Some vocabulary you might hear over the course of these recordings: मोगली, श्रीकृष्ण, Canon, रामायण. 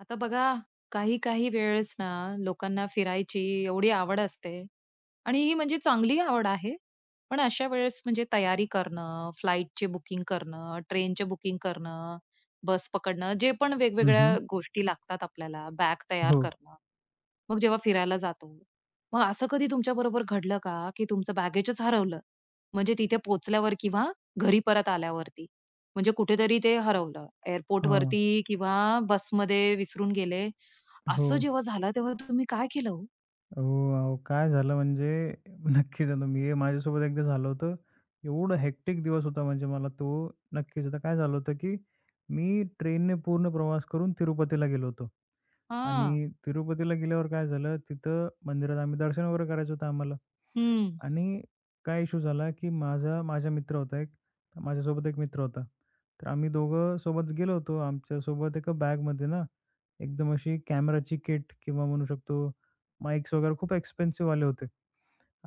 आता बघा, काही-काही वेळेस ना लोकांना फिरायची एवढी आवड असते आणि ही म्हणजे चांगली आवड आहे. पण अशा वेळेस म्हणजे तयारी करणं, फ्लाइटचे बुकिंग करणं, ट्रेनचे बुकिंग करणं, बस पकडणं, जे पण हं, हं. वेगवेगळ्या गोष्टी लागतात आपल्याला, बॅग तयार हो. करणं. मग जेव्हा फिरायला जातो, मग असं कधी तुमच्याबरोबर घडलं का, की तुमचं बॅगेजच हरवलं? म्हणजे तिथे पोहोचल्यावर किंवा घरी परत आल्यावरती? म्हणजे कुठेतरी ते हरवलं, एअरपोर्ट हां. वरती. किंवा बसमध्ये विसरून गेले. हो. असं जेव्हा झालं, तेव्हा तुम्ही काय केलं हो? हो, अहो, काय झालं म्हणजे नक्कीच, आता मी, माझ्यासोबत एकदा झालं होतं. एवढं हेक्टिक दिवस होता म्हणजे मला तो नक्कीच. आता काय झालं होतं, की मी ट्रेनने पूर्ण प्रवास करून तिरुपतीला गेलो होतो. हां. आणि तिरुपतीला गेल्यावर काय झालं, तिथं मंदिरात आम्ही दर्शन वगैरे करायचं होतं आम्हाला. हं. आणि काय इश्यू झाला, की माझा माझा मित्र होता एक, माझ्यासोबत एक मित्र होता. तर आम्ही दोघं सोबत गेलो होतो. आमच्यासोबत एका बॅगमध्ये ना एकदम अशी कॅमेराची किट किंवा म्हणू शकतो माईक्स वगैरे खूप एक्सपेन्सिव्ह आले होते.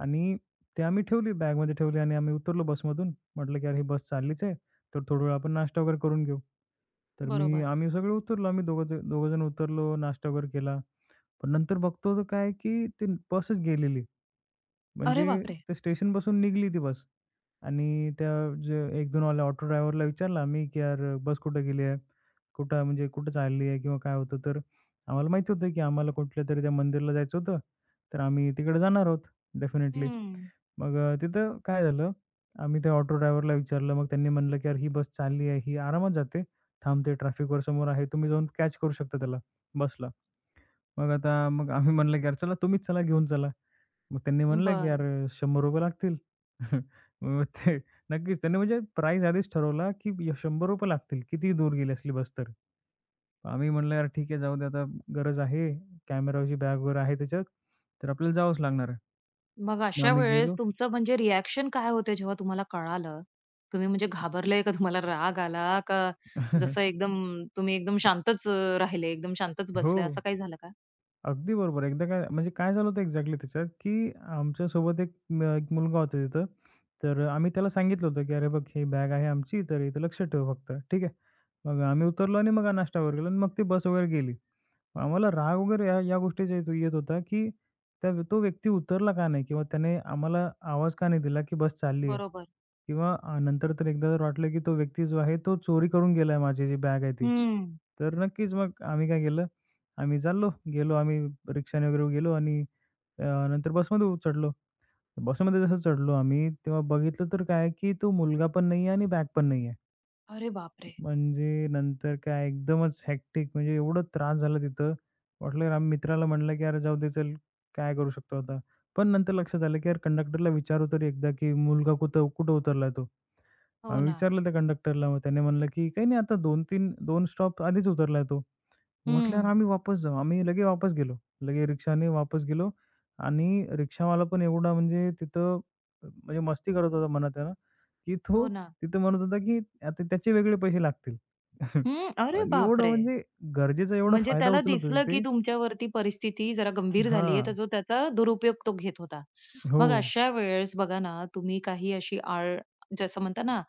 आणि ते आम्ही ठेवली, बॅगमध्ये ठेवली आणि आम्ही उतरलो बसमधून. म्हटलं की "अरे, ही बस चाललीच आहे, तर थोडा वेळ आपण नाश्ता वगैरे करून घेऊ." तर मी, बरोबर. आम्ही सगळे उतरलो. आम्ही दोघं, दोघं जण उतरलो, नाश्ता वगैरे केला. पण नंतर बघतो तर काय, की ती बसच गेलेली. म्हणजे अरे ते बापरे! स्टेशनपासून निघाली ती बस. आणि त्या जे 1-2वाल्या ऑटो ड्रायव्हरला विचारलं आम्ही, की "यार बस कुठे गेली आहे? कुठं म्हणजे कुठं चालली आहे किंवा काय होतं?" तर आम्हाला माहिती होतं, की आम्हाला कुठल्या तरी त्या मंदिरला जायचं होतं. तर आम्ही तिकडे जाणार आहोत डेफिनेटली. हं. मग तिथं काय झालं, आम्ही त्या ऑटो ड्रायव्हरला विचारलं. मग त्यांनी म्हटलं, की "यार ही बस चालली आहे, ही आरामात जाते, थांबते ट्रॅफिकवर समोर आहे. तुम्ही जाऊन कॅच करू शकता त्याला, बसला." मग आम्ही म्हटलं, की "यार चला तुम्हीच चला, घेऊन चला." मग त्यांनी म्हणलं की "यार बरं. ₹100 लागतील." मग ते नक्कीच, त्यांनी म्हणजे प्राईस आधीच ठरवला की ₹100 लागतील किती दूर गेली असली बस तर. आम्ही म्हणलं "यार ठीक आहे, जाऊ दे आता, गरज आहे, कॅमेराची बॅग वगैरे आहे त्याच्यात, तर आपल्याला जावंच लागणार आहे." मग मग अशा आम्ही वेळेस गेलो. तुमचं म्हणजे रिएक्शन काय होते जेव्हा तुम्हाला कळालं? तुम्ही म्हणजे घाबरले का तुम्हाला राग आला का जसं एकदम तुम्ही एकदम शांतच राहिले, एकदम शांतच हो, बसले असं काही झालं का? अगदी बरोबर. एकदा काय म्हणजे काय झालं होतं एक्झॅक्टली त्याच्यात, की आमच्यासोबत एक मुलगा होता तिथं, तर आम्ही त्याला सांगितलं होतं की "अरे बघ ही बॅग आहे आमची, तर इथं लक्ष ठेव फक्त." ठीक आहे. मग आम्ही उतरलो आणि मग नाश्ता वगैरे केला आणि मग ती बस वगैरे गेली. आम्हाला राग वगैरे या या गोष्टीचा येत होता, की तो व्यक्ती उतरला का नाही? किंवा त्याने आम्हाला आवाज का नाही दिला, की बस चालली आहे? बरोबर. किंवा नंतर तर एकदा तर वाटलं, की तो व्यक्ती जो आहे तो चोरी करून गेलाय माझी जी बॅग आहे ती. हं. तर नक्कीच मग आम्ही काय केलं, आम्ही चाललो, गेलो आम्ही, रिक्षाने वगैरे गेलो आणि नंतर बसमध्ये चढलो. बसमध्ये जसं चढलो आम्ही, तेव्हा बघितलं तर काय, की तो मुलगा पण नाही आणि बॅग पण नाही. अरे बापरे! म्हणजे नंतर काय एकदमच हेक्टिक, म्हणजे एवढा त्रास झाला तिथं. वाटलं यार, आम्ही मित्राला म्हटलं, की "अरे जाऊ दे चल, काय करू शकतो आता." पण नंतर लक्षात आलं, की यार कंडक्टरला विचारू तरी एकदा, की "मुलगा कुठं कुठं उतरला तो?" हो आम्ही ना. विचारलं त्या कंडक्टरला. मग त्याने म्हणलं, की "काही नाही, आता 2-3, 2 स्टॉप आधीच उतरला तो." म्हटल्यावर हं. आम्ही वापस जाऊ. आम्ही लगे वापस गेलो. लगे रिक्षाने वापस गेलो. आणि रिक्षावाला पण एवढा म्हणजे तिथं, म्हणजे मस्ती करत होता म्हणा त्यानं, की तो हो ना. तिथं म्हणत होता, की आता त्याचे वेगळे पैसे लागतील. हं. अरे आणि एवढं बापरे! म्हणजे गरजेचा एवढा म्हणजे फायदा त्याला उचलत होते दिसलं, की ते. तुमच्यावरती परिस्थिती जरा गंभीर झाली आहे, तर हां. तो त्याचा दुरुपयोग तो घेत होता. हो. मग अशा वेळेस बघा ना, तुम्ही काही अशी आळ जसं म्हणता ना,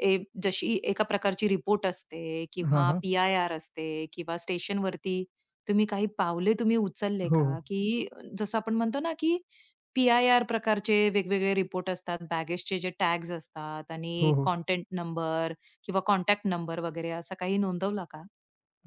ए जशी एका प्रकारची रिपोर्ट असते हां, किंवा हां. पी-आय-आर असते किंवा स्टेशनवरती तुम्ही काही पावले तुम्ही उचलले हो, हो. का? की जसं आपण म्हणतो ना, की पी-आय-आर प्रकारचे वेगवेगळे रिपोर्ट असतात, बॅगेजचे जे टॅग्स असतात आणि हो, हो. कॉन्टॅक्ट नंबर किंवा कॉन्टॅक्ट नंबर वगैरे असा काही नोंदवला का?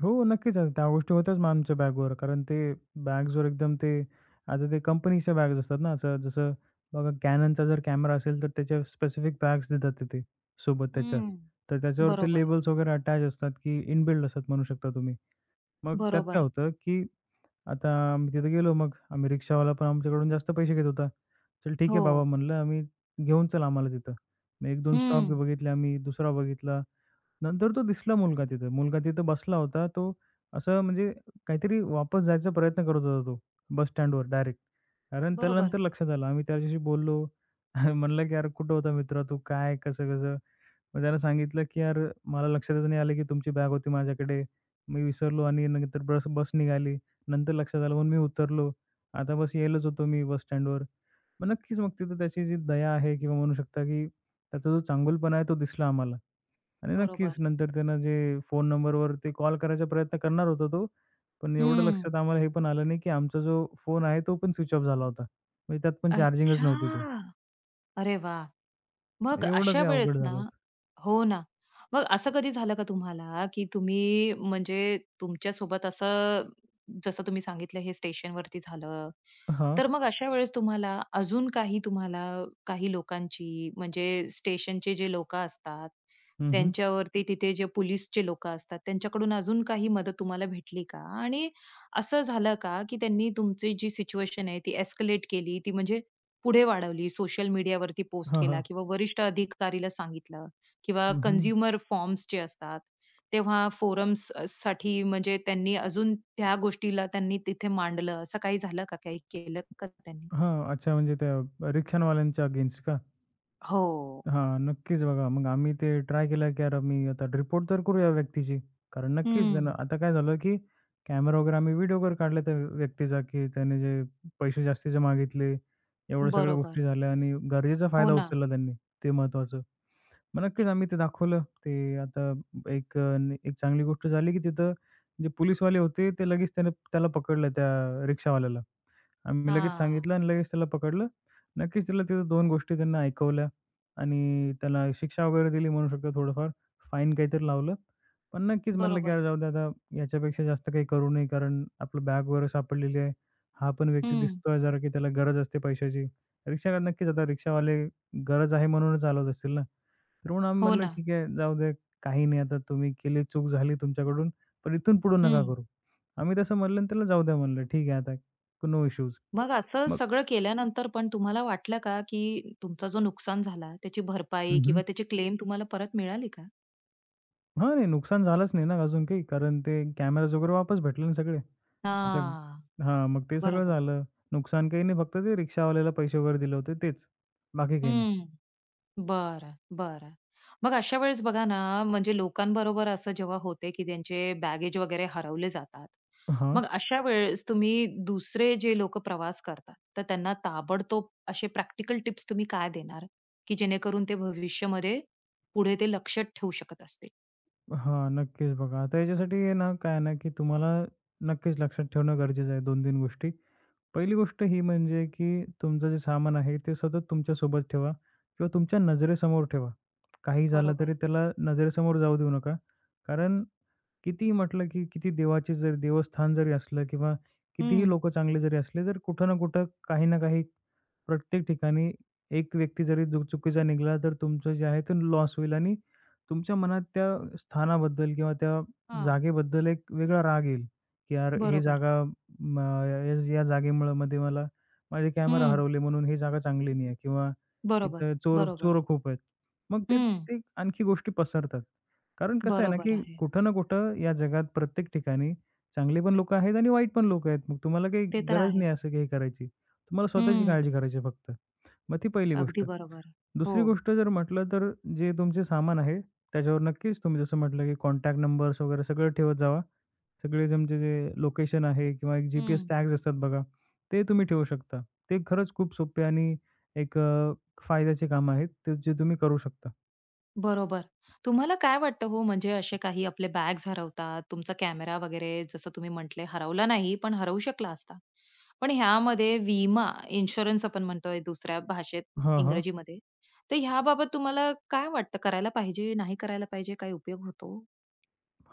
हो, नक्कीच. आता त्या गोष्टी होत्याच मग आमच्या बॅगवर. कारण ते बॅग्सवर एकदम ते, आता ते कंपनीच्या बॅग्स असतात ना, असं जसं बघा, Canonचा जर कॅमेरा असेल, तर त्याच्या स्पेसिफिक बॅग्स देतात तिथे सोबत त्याच्या. हं. तर त्याच्यावर ते बरोबर. लेबल्स वगैरे अटॅच असतात, की इनबिल्ट असतात म्हणू शकता तुम्ही. मग त्यात काय बरोबर. होतं, की आता आम्ही तिथे गेलो, मग आम्ही, रिक्षावाला पण आमच्याकडून जास्त पैसे घेत होता. "चल ठीक आहे हो. बाबा," म्हणलं, "आम्ही घेऊन चल आम्हाला तिथं." मग 1-2 स्टॉप हं. बघितले आम्ही, दुसरा बघितला. नंतर तो दिसला मुलगा तिथं. मुलगा तिथं बसला होता. तो असं म्हणजे काहीतरी वापस जायचा प्रयत्न करत होता तो बस स्टँडवर डायरेक्ट. कारण त्याला बरोबर, नंतर लक्षात आलं. आम्ही त्याच्याशी बोललो. म्हणलं की "यार कुठं होता मित्र तू? काय कसं-कसं?" मग त्यानं सांगितलं की "यार मला लक्षातच नाही आलं की तुमची बॅग होती माझ्याकडे. मी विसरलो आणि नंतर बस बस निघाली. नंतर लक्षात आलं म्हणून मी उतरलो. आता बस यायलाच होतो मी बस स्टँडवर." मग नक्कीच, मग तिथं त्याची जी दया आहे किंवा म्हणू शकता की त्याचा जो चांगुलपणा आहे तो दिसला आम्हाला. आणि नक्कीच बरोबर. नंतर त्यानं जे फोन नंबरवर ते कॉल करायचा प्रयत्न करणार होता तो. पण एवढं हं. लक्षात आम्हाला हे पण आलं नाही, की आमचा जो फोन आहे तो पण स्विच ऑफ झाला होता. म्हणजे त्यात पण चार्जिंगच नव्हती ते. अच्छा! अरे वाह! मग एवढं अशा ते वेळेस अवघड ना झालं होतं. हो ना. मग असं कधी झालं का तुम्हाला, की तुम्ही म्हणजे तुमच्यासोबत असं जसं तुम्ही सांगितलं हे स्टेशनवरती झालं. हां. तर मग अशा वेळेस तुम्हाला अजून काही तुम्हाला काही लोकांची म्हणजे स्टेशनचे जे लोकं असतात, हं, हं. त्यांच्यावरती तिथे जे पोलिसचे लोकं असतात, त्यांच्याकडून अजून काही मदत तुम्हाला भेटली का? आणि असं झालं का, की त्यांनी तुमची जी सिच्युएशन आहे ती एस्केलेट केली, ती म्हणजे पुढे वाढवली, सोशल मीडियावरती पोस्ट हां, हां. केला किंवा वरिष्ठ अधिकारीला सांगितलं किंवा हं, हं. कन्झ्युमर फॉर्म्स जे असतात, तेव्हा फोरम्स साठी म्हणजे त्यांनी अजून त्या गोष्टीला त्यांनी तिथे मांडलं. असं काही झालं का? काही केलं का त्यांनी? हां. अच्छा, म्हणजे त्या रिक्षावाल्यांच्या अगेन्स्ट का? हो. हां, नक्कीच बघा. मग आम्ही ते ट्राय केलं, की "अरे, मी आता रिपोर्ट तर करू या व्यक्तीची." कारण नक्कीच हं. त्यानं, आता काय झालं, की कॅमेरा वगैरे आम्ही व्हिडिओ वगैरे काढला त्या व्यक्तीचा, की त्याने जे पैसे जास्तीचे मागितले, एवढ्या सगळ्या बरोबर. गोष्टी झाल्या आणि गरजेचा हो फायदा ना. उचलला त्यांनी, ते महत्त्वाचं. मग नक्कीच आम्ही ते दाखवलं. ते आता एक एक चांगली गोष्ट झाली, की तिथं जे पोलिसवाले होते, ते लगेच त्याने त्याला पकडलं त्या रिक्षावाल्याला. आम्ही लगेच हां. सांगितलं आणि लगेच त्याला पकडलं. नक्कीच त्याला तिथं 2 गोष्टी त्यांना ऐकवल्या आणि त्याला शिक्षा वगैरे दिली म्हणू शकतो थोडंफार. फाईन काहीतरी लावलं. पण नक्कीच म्हणलं की बरोबर. "अरे जाऊ दे आता, याच्यापेक्षा जास्त काही करू नये." कारण आपलं बॅग वगैरे सापडलेली आहे. हा पण व्यक्ती हं. दिसतोय जरा की त्याला गरज असते पैशाची. रिक्षा, नक्कीच आता रिक्षावाले गरज आहे म्हणूनच चालवत असतील ना. तर म्हणून आम्ही हो म्हणलं ना. "ठीक आहे, जाऊ दे. काही नाही आता, तुम्ही केली चूक झाली तुमच्याकडून, पण इथून पुढे नका हं. करू." आम्ही तसं म्हणलं आणि त्याला जाऊ द्या म्हणलं. "ठीक आहे आता, नो इश्यूज." मग असं मग? सगळं केल्यानंतर पण तुम्हाला वाटलं का, की तुमचा जो नुकसान झाला त्याची भरपाई हं, हं. किंवा त्याची क्लेम तुम्हाला परत मिळाली का? हां, नाही, नुकसान झालंच नाही ना अजून काही. कारण ते कॅमेराज वगैरे वापस भेटले ना सगळे. आता, हां. हां, मग ते सगळं बरोबर. झालं. नुकसान काही नाही, फक्त ते रिक्षावाल्याला पैसे वगैरे दिले होते तेच. बाकी काही नाही. हं. बरं, बरं. मग अशा वेळेस बघा ना, म्हणजे लोकांबरोबर असं जेव्हा होते, की त्यांचे बॅगेज वगैरे हरवले जातात. हां, मग अशा वेळेस तुम्ही दुसरे जे लोकं प्रवास करतात, तर त्यांना ताबडतोब असे प्रॅक्टिकल टिप्स तुम्ही काय देणार, की जेणेकरून ते भविष्यामध्ये पुढे ते लक्षात ठेवू शकत असतील? हां, नक्कीच बघा. आता याच्यासाठी आहे ना, काय आहे ना, की तुम्हाला नक्कीच लक्षात ठेवणं गरजेचं आहे 2-3 गोष्टी. पहिली गोष्ट ही म्हणजे, की तुमचं जे सामान आहे ते सतत तुमच्यासोबत ठेवा किंवा तुमच्या नजरेसमोर ठेवा. काही झालं बरोबर. तरी त्याला नजरेसमोर जाऊ देऊ नका. कारण कितीही म्हटलं, की किती देवाचे जरी देवस्थान जरी असलं किंवा कितीही हं. लोकं चांगले जरी असले, तर कुठं ना कुठं, काही ना काही, प्रत्येक ठिकाणी एक व्यक्ती जरी चुकीचा निघाला, तर तुमचं जे आहे ते लॉस होईल आणि तुमच्या मनात त्या स्थानाबद्दल किंवा त्या हां. जागेबद्दल एक वेगळा राग येईल, की यार ही बरोबर. जागा, म या, या जागेमुळं मध्ये, मला माझे कॅमेरा हं. हरवले म्हणून ही जागा चांगली नाही आहे किंवा बरोबर, इथं चोर बरोबर. चोर खूप आहेत. मग ते हं. ते आणखी गोष्टी पसरतात. कारण कसं आहे ना, बरोबर की आहे. कुठं ना कुठं या जगात प्रत्येक ठिकाणी चांगली पण लोकं आहेत आणि वाईट पण लोकं आहेत. मग तुम्हाला काही ते तर गरज आहे. नाही असं काही करायची. तुम्हाला स्वतःची हं. काळजी करायची आहे फक्त. मग ती पहिली अगदी गोष्ट. बरोबर. हो. दुसरी गोष्ट जर म्हटलं तर, जे तुमचे सामान आहे, त्याच्यावर नक्कीच तुम्ही, जसं म्हटलं, की कॉन्टॅक्ट नंबर्स वगैरे सगळं ठेवत जावा. सगळे तुमचे जे लोकेशन आहे, किंवा एक जी-पी-एस हं. टॅग्स असतात बघा, ते तुम्ही ठेवू शकता. ते खरंच खूप सोपे आणि एक फायद्याचे काम आहेत, ते जे तुम्ही करू शकता. बरोबर. तुम्हाला काय वाटतं हो, म्हणजे असे काही आपले बॅग्स हरवतात, तुमचा कॅमेरा वगैरे जसं तुम्ही म्हटले हरवला नाही, पण हरवू शकला असता. पण ह्यामध्ये विमा, इन्शुरन्स आपण म्हणतोय दुसऱ्या भाषेत हां, हां. इंग्रजीमध्ये, तर ह्याबाबत तुम्हाला काय वाटतं करायला पाहिजे, नाही करायला पाहिजे? काही उपयोग होतो?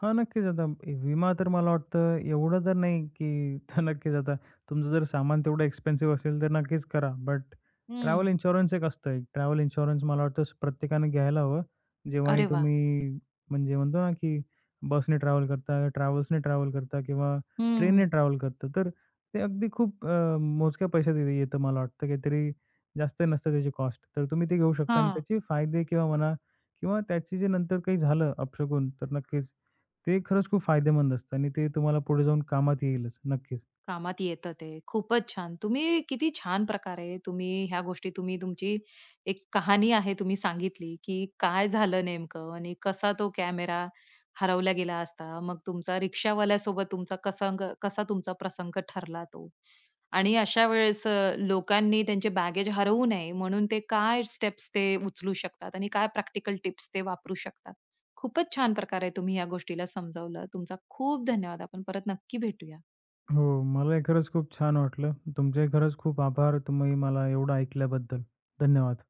हां, नक्कीच. आता ए विमा तर मला वाटतं एवढं तर नाही, की तर नक्कीच आता, तुमचं जर सामान तेवढं एक्सपेन्सिव्ह असेल तर नक्कीच करा. बट ट्रॅव्हल हं. इन्शुरन्स एक असतं. एक ट्रॅव्हल इन्शुरन्स मला वाटतं प्रत्येकाने घ्यायला हवं. जेव्हाही अरे वाह! तुम्ही, म्हणजे म्हणतो ना, की बसने ट्रॅव्हल करता, ट्रॅव्हल्सने ट्रॅव्हल करता किंवा ट्रेनने हं. ट्रॅव्हल करता. तर ते अगदी खूप मोजक्या पैशात येतं मला वाटतं. काहीतरी जास्त नसतं त्याची कॉस्ट. तर तुम्ही ते घेऊ शकता आणि हां. त्याचे फायदे किंवा म्हणा, किंवा त्याचे जे नंतर काही झालं अपशगुन, तर नक्कीच ते खरंच खूप फायदेमंद असतं आणि ते तुम्हाला पुढे जाऊन कामात येईलच. नक्कीच. कामात येतं ते. खूपच छान. तुम्ही किती छान प्रकारे तुम्ही ह्या गोष्टी तुम्ही तुमची एक कहाणी आहे तुम्ही सांगितली, की काय झालं नेमकं आणि कसा तो कॅमेरा हरवला गेला असता. मग तुमचा रिक्षावाल्यासोबत तुमचा कसा तुमचा प्रसंग ठरला तो. आणि अशा वेळेस लोकांनी त्यांचे बॅगेज हरवू नये म्हणून ते काय स्टेप्स ते उचलू शकतात आणि काय प्रॅक्टिकल टिप्स ते वापरू शकतात. खूपच छान प्रकारे तुम्ही या गोष्टीला समजावलं. तुमचा खूप धन्यवाद. आपण परत नक्की भेटूया. हो, मलाही खरंच खूप छान वाटलं. तुमचे खरंच खूप आभार. तुम्ही मला एवढं ऐकल्याबद्दल. धन्यवाद.